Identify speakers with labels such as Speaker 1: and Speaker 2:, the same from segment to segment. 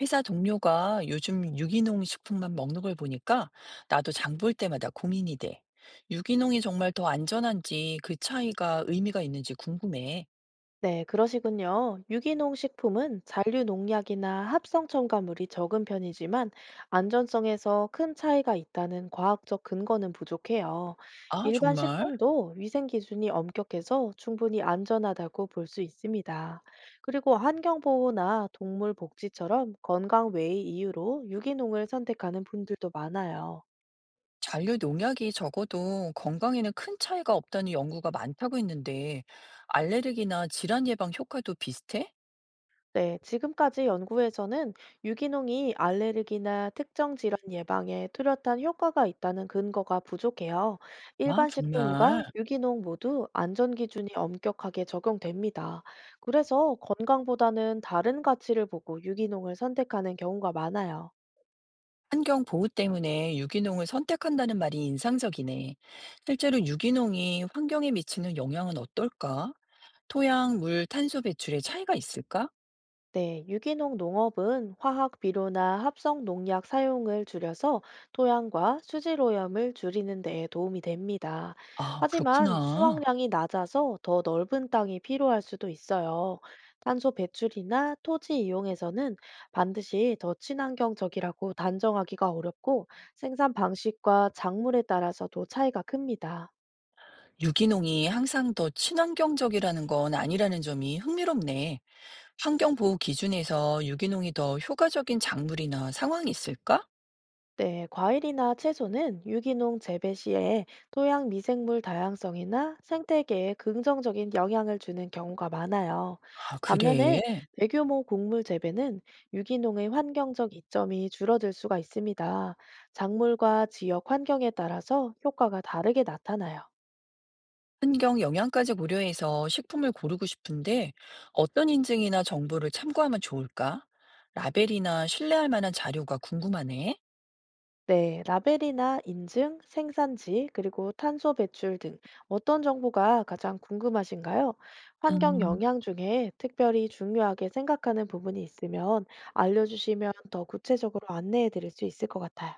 Speaker 1: 회사 동료가 요즘 유기농 식품만 먹는 걸 보니까 나도 장볼 때마다 고민이 돼. 유기농이 정말 더 안전한지 그 차이가 의미가 있는지 궁금해.
Speaker 2: 네, 그러시군요. 유기농 식품은 잔류 농약이나 합성 첨가물이 적은 편이지만 안전성에서 큰 차이가 있다는 과학적 근거는 부족해요.
Speaker 1: 아,
Speaker 2: 일반
Speaker 1: 정말?
Speaker 2: 식품도 위생 기준이 엄격해서 충분히 안전하다고 볼 수 있습니다. 그리고 환경보호나 동물 복지처럼 건강 외의 이유로 유기농을 선택하는 분들도 많아요.
Speaker 1: 잔류 농약이 적어도 건강에는 큰 차이가 없다는 연구가 많다고 했는데 알레르기나 질환 예방 효과도 비슷해?
Speaker 2: 네, 지금까지 연구에서는 유기농이 알레르기나 특정 질환 예방에 뚜렷한 효과가 있다는 근거가 부족해요.
Speaker 1: 아,
Speaker 2: 일반
Speaker 1: 정말.
Speaker 2: 식품과 유기농 모두 안전 기준이 엄격하게 적용됩니다. 그래서 건강보다는 다른 가치를 보고 유기농을 선택하는 경우가 많아요.
Speaker 1: 환경 보호 때문에 유기농을 선택한다는 말이 인상적이네. 실제로 유기농이 환경에 미치는 영향은 어떨까? 토양, 물, 탄소 배출의 차이가 있을까?
Speaker 2: 네, 유기농 농업은 화학 비료나 합성 농약 사용을 줄여서 토양과 수질 오염을 줄이는 데에 도움이 됩니다.
Speaker 1: 아,
Speaker 2: 하지만
Speaker 1: 그렇구나.
Speaker 2: 수확량이 낮아서 더 넓은 땅이 필요할 수도 있어요. 탄소 배출이나 토지 이용에서는 반드시 더 친환경적이라고 단정하기가 어렵고 생산 방식과 작물에 따라서도 차이가 큽니다.
Speaker 1: 유기농이 항상 더 친환경적이라는 건 아니라는 점이 흥미롭네. 환경보호 기준에서 유기농이 더 효과적인 작물이나 상황이 있을까?
Speaker 2: 네, 과일이나 채소는 유기농 재배 시에 토양 미생물 다양성이나 생태계에 긍정적인 영향을 주는 경우가 많아요.
Speaker 1: 아,
Speaker 2: 반면에
Speaker 1: 그래.
Speaker 2: 대규모 곡물 재배는 유기농의 환경적 이점이 줄어들 수가 있습니다. 작물과 지역 환경에 따라서 효과가 다르게 나타나요.
Speaker 1: 환경 영향까지 고려해서 식품을 고르고 싶은데 어떤 인증이나 정보를 참고하면 좋을까? 라벨이나 신뢰할 만한 자료가 궁금하네.
Speaker 2: 네, 라벨이나 인증, 생산지, 그리고 탄소 배출 등 어떤 정보가 가장 궁금하신가요? 환경
Speaker 1: 음.
Speaker 2: 영향 중에 특별히 중요하게 생각하는 부분이 있으면 알려주시면 더 구체적으로 안내해 드릴 수 있을 것 같아요.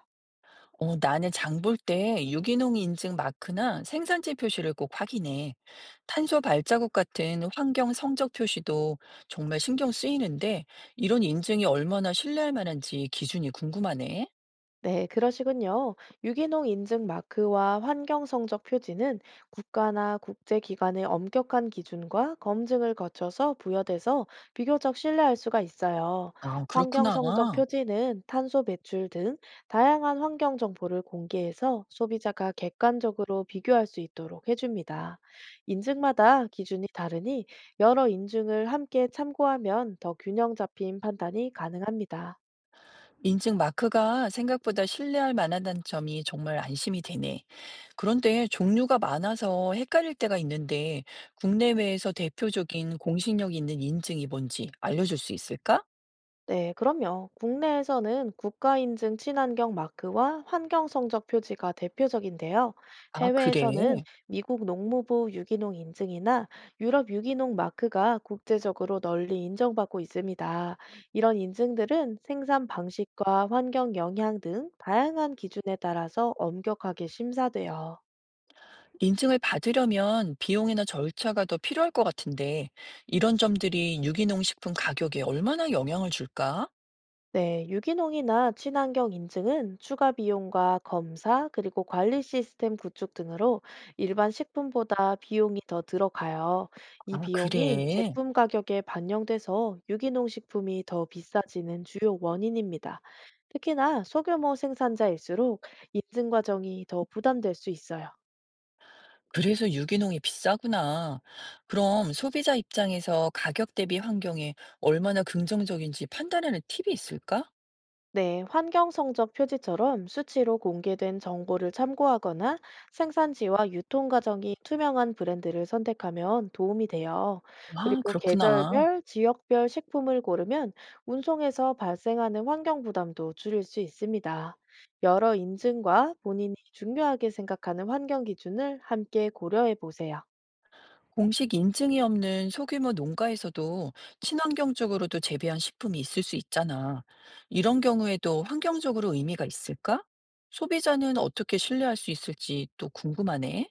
Speaker 1: 어, 나는 장볼 때 유기농 인증 마크나 생산지 표시를 꼭 확인해. 탄소 발자국 같은 환경 성적 표시도 정말 신경 쓰이는데 이런 인증이 얼마나 신뢰할 만한지 기준이 궁금하네.
Speaker 2: 네, 그러시군요. 유기농 인증 마크와 환경 성적 표지는 국가나 국제기관의 엄격한 기준과 검증을 거쳐서 부여돼서 비교적 신뢰할 수가 있어요.
Speaker 1: 아,
Speaker 2: 환경
Speaker 1: 그렇구나.
Speaker 2: 성적 표지는 탄소 배출 등 다양한 환경 정보를 공개해서 소비자가 객관적으로 비교할 수 있도록 해줍니다. 인증마다 기준이 다르니 여러 인증을 함께 참고하면 더 균형 잡힌 판단이 가능합니다.
Speaker 1: 인증 마크가 생각보다 신뢰할 만하다는 점이 정말 안심이 되네. 그런데 종류가 많아서 헷갈릴 때가 있는데 국내외에서 대표적인 공신력 있는 인증이 뭔지 알려줄 수 있을까?
Speaker 2: 네, 그럼요. 국내에서는 국가인증 친환경 마크와 환경 성적 표지가 대표적인데요.
Speaker 1: 아,
Speaker 2: 해외에서는
Speaker 1: 그래.
Speaker 2: 미국 농무부 유기농 인증이나 유럽 유기농 마크가 국제적으로 널리 인정받고 있습니다. 이런 인증들은 생산 방식과 환경 영향 등 다양한 기준에 따라서 엄격하게 심사돼요.
Speaker 1: 인증을 받으려면 비용이나 절차가 더 필요할 것 같은데, 이런 점들이 유기농 식품 가격에 얼마나 영향을 줄까?
Speaker 2: 네, 유기농이나 친환경 인증은 추가 비용과 검사, 그리고 관리 시스템 구축 등으로 일반 식품보다 비용이 더 들어가요. 이
Speaker 1: 아,
Speaker 2: 비용이
Speaker 1: 그래.
Speaker 2: 제품 가격에 반영돼서 유기농 식품이 더 비싸지는 주요 원인입니다. 특히나 소규모 생산자일수록 인증 과정이 더 부담될 수 있어요.
Speaker 1: 그래서 유기농이 비싸구나. 그럼 소비자 입장에서 가격 대비 환경에 얼마나 긍정적인지 판단하는 팁이 있을까?
Speaker 2: 네, 환경 성적 표지처럼 수치로 공개된 정보를 참고하거나 생산지와 유통 과정이 투명한 브랜드를 선택하면 도움이 돼요.
Speaker 1: 아,
Speaker 2: 그리고
Speaker 1: 그렇구나.
Speaker 2: 계절별, 지역별 식품을 고르면 운송에서 발생하는 환경 부담도 줄일 수 있습니다. 여러 인증과 본인이 중요하게 생각하는 환경 기준을 함께 고려해 보세요.
Speaker 1: 공식 인증이 없는 소규모 농가에서도 친환경적으로도 재배한 식품이 있을 수 있잖아. 이런 경우에도 환경적으로 의미가 있을까? 소비자는 어떻게 신뢰할 수 있을지 또 궁금하네.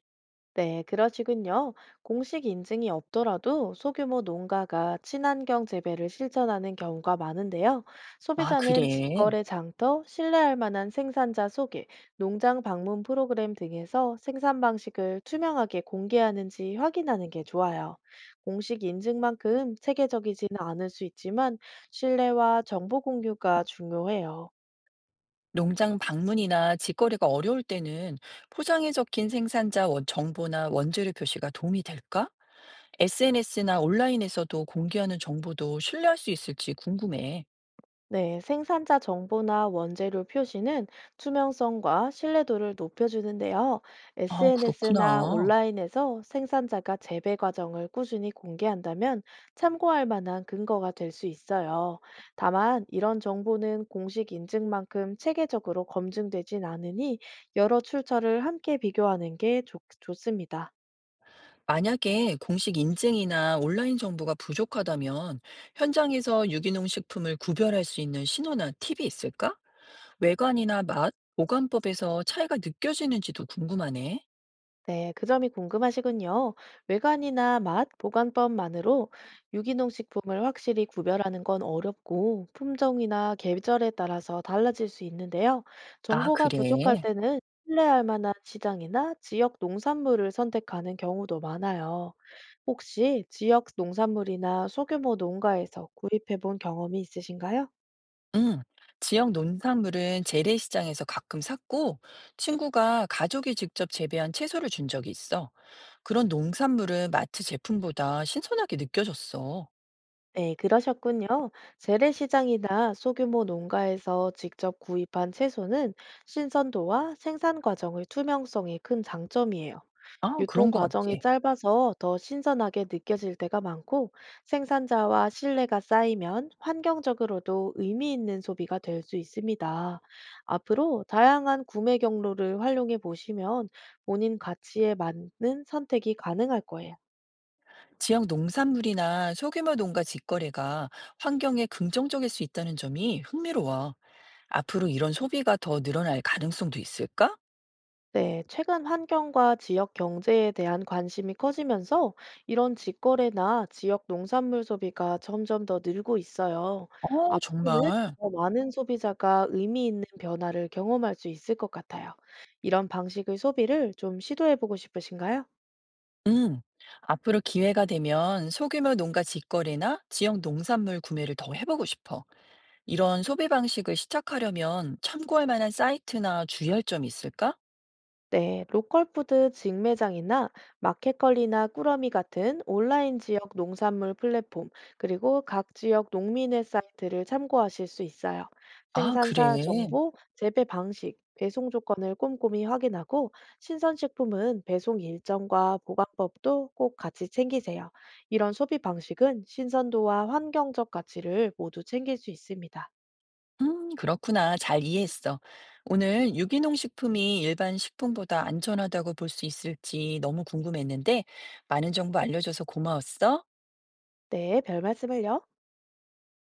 Speaker 2: 네, 그러시군요. 공식 인증이 없더라도 소규모 농가가 친환경 재배를 실천하는 경우가 많은데요.
Speaker 1: 아,
Speaker 2: 소비자는
Speaker 1: 그래.
Speaker 2: 직거래 장터, 신뢰할 만한 생산자 소개, 농장 방문 프로그램 등에서 생산 방식을 투명하게 공개하는지 확인하는 게 좋아요. 공식 인증만큼 체계적이지는 않을 수 있지만 신뢰와 정보 공유가 중요해요.
Speaker 1: 농장 방문이나 직거래가 어려울 때는 포장에 적힌 생산자 정보나 원재료 표시가 도움이 될까? SNS나 온라인에서도 공개하는 정보도 신뢰할 수 있을지 궁금해.
Speaker 2: 네, 생산자 정보나 원재료 표시는 투명성과 신뢰도를 높여주는데요.
Speaker 1: 아,
Speaker 2: SNS나
Speaker 1: 그렇구나.
Speaker 2: 온라인에서 생산자가 재배 과정을 꾸준히 공개한다면 참고할 만한 근거가 될 수 있어요. 다만, 이런 정보는 공식 인증만큼 체계적으로 검증되진 않으니 여러 출처를 함께 비교하는 게 좋습니다.
Speaker 1: 만약에 공식 인증이나 온라인 정보가 부족하다면 현장에서 유기농 식품을 구별할 수 있는 신호나 팁이 있을까? 외관이나 맛, 보관법에서 차이가 느껴지는지도 궁금하네.
Speaker 2: 네, 그 점이 궁금하시군요. 외관이나 맛, 보관법만으로 유기농 식품을 확실히 구별하는 건 어렵고 품종이나 계절에 따라서 달라질 수 있는데요.
Speaker 1: 아,
Speaker 2: 정보가 부족할
Speaker 1: 그래.
Speaker 2: 때는 신뢰할 만한 시장이나 지역 농산물을 선택하는 경우도 많아요. 혹시 지역 농산물이나 소규모 농가에서 구입해 본 경험이 있으신가요?
Speaker 1: 응. 지역 농산물은 재래시장에서 가끔 샀고 친구가 가족이 직접 재배한 채소를 준 적이 있어. 그런 농산물은 마트 제품보다 신선하게 느껴졌어.
Speaker 2: 네, 그러셨군요. 재래시장이나 소규모 농가에서 직접 구입한 채소는 신선도와 생산 과정의 투명성이 큰 장점이에요.
Speaker 1: 아,
Speaker 2: 유통
Speaker 1: 그런 것 같아.
Speaker 2: 과정이 짧아서 더 신선하게 느껴질 때가 많고 생산자와 신뢰가 쌓이면 환경적으로도 의미 있는 소비가 될 수 있습니다. 앞으로 다양한 구매 경로를 활용해 보시면 본인 가치에 맞는 선택이 가능할 거예요.
Speaker 1: 지역 농산물이나 소규모 농가 직거래가 환경에 긍정적일 수 있다는 점이 흥미로워. 앞으로 이런 소비가 더 늘어날 가능성도 있을까?
Speaker 2: 네, 최근 환경과 지역 경제에 대한 관심이 커지면서 이런 직거래나 지역 농산물 소비가 점점 더 늘고 있어요.
Speaker 1: 어,
Speaker 2: 앞으로는
Speaker 1: 정말.
Speaker 2: 더 많은 소비자가 의미 있는 변화를 경험할 수 있을 것 같아요. 이런 방식의 소비를 좀 시도해 보고 싶으신가요?
Speaker 1: 음. 앞으로 기회가 되면 소규모 농가 직거래나 지역 농산물 구매를 더 해보고 싶어. 이런 소비 방식을 시작하려면 참고할 만한 사이트나 주의할 점이 있을까?
Speaker 2: 네, 로컬푸드 직매장이나 마켓컬리나 꾸러미 같은 온라인 지역 농산물 플랫폼, 그리고 각 지역 농민의 사이트를 참고하실 수 있어요.
Speaker 1: 아,
Speaker 2: 생산사
Speaker 1: 그래.
Speaker 2: 정보, 재배 방식, 배송 조건을 꼼꼼히 확인하고 신선식품은 배송 일정과 보관법도 꼭 같이 챙기세요. 이런 소비 방식은 신선도와 환경적 가치를 모두 챙길 수 있습니다.
Speaker 1: 그렇구나. 잘 이해했어. 오늘 유기농 식품이 일반 식품보다 안전하다고 볼 수 있을지 너무 궁금했는데, 많은 정보 알려줘서 고마웠어.
Speaker 2: 네, 별 말씀을요.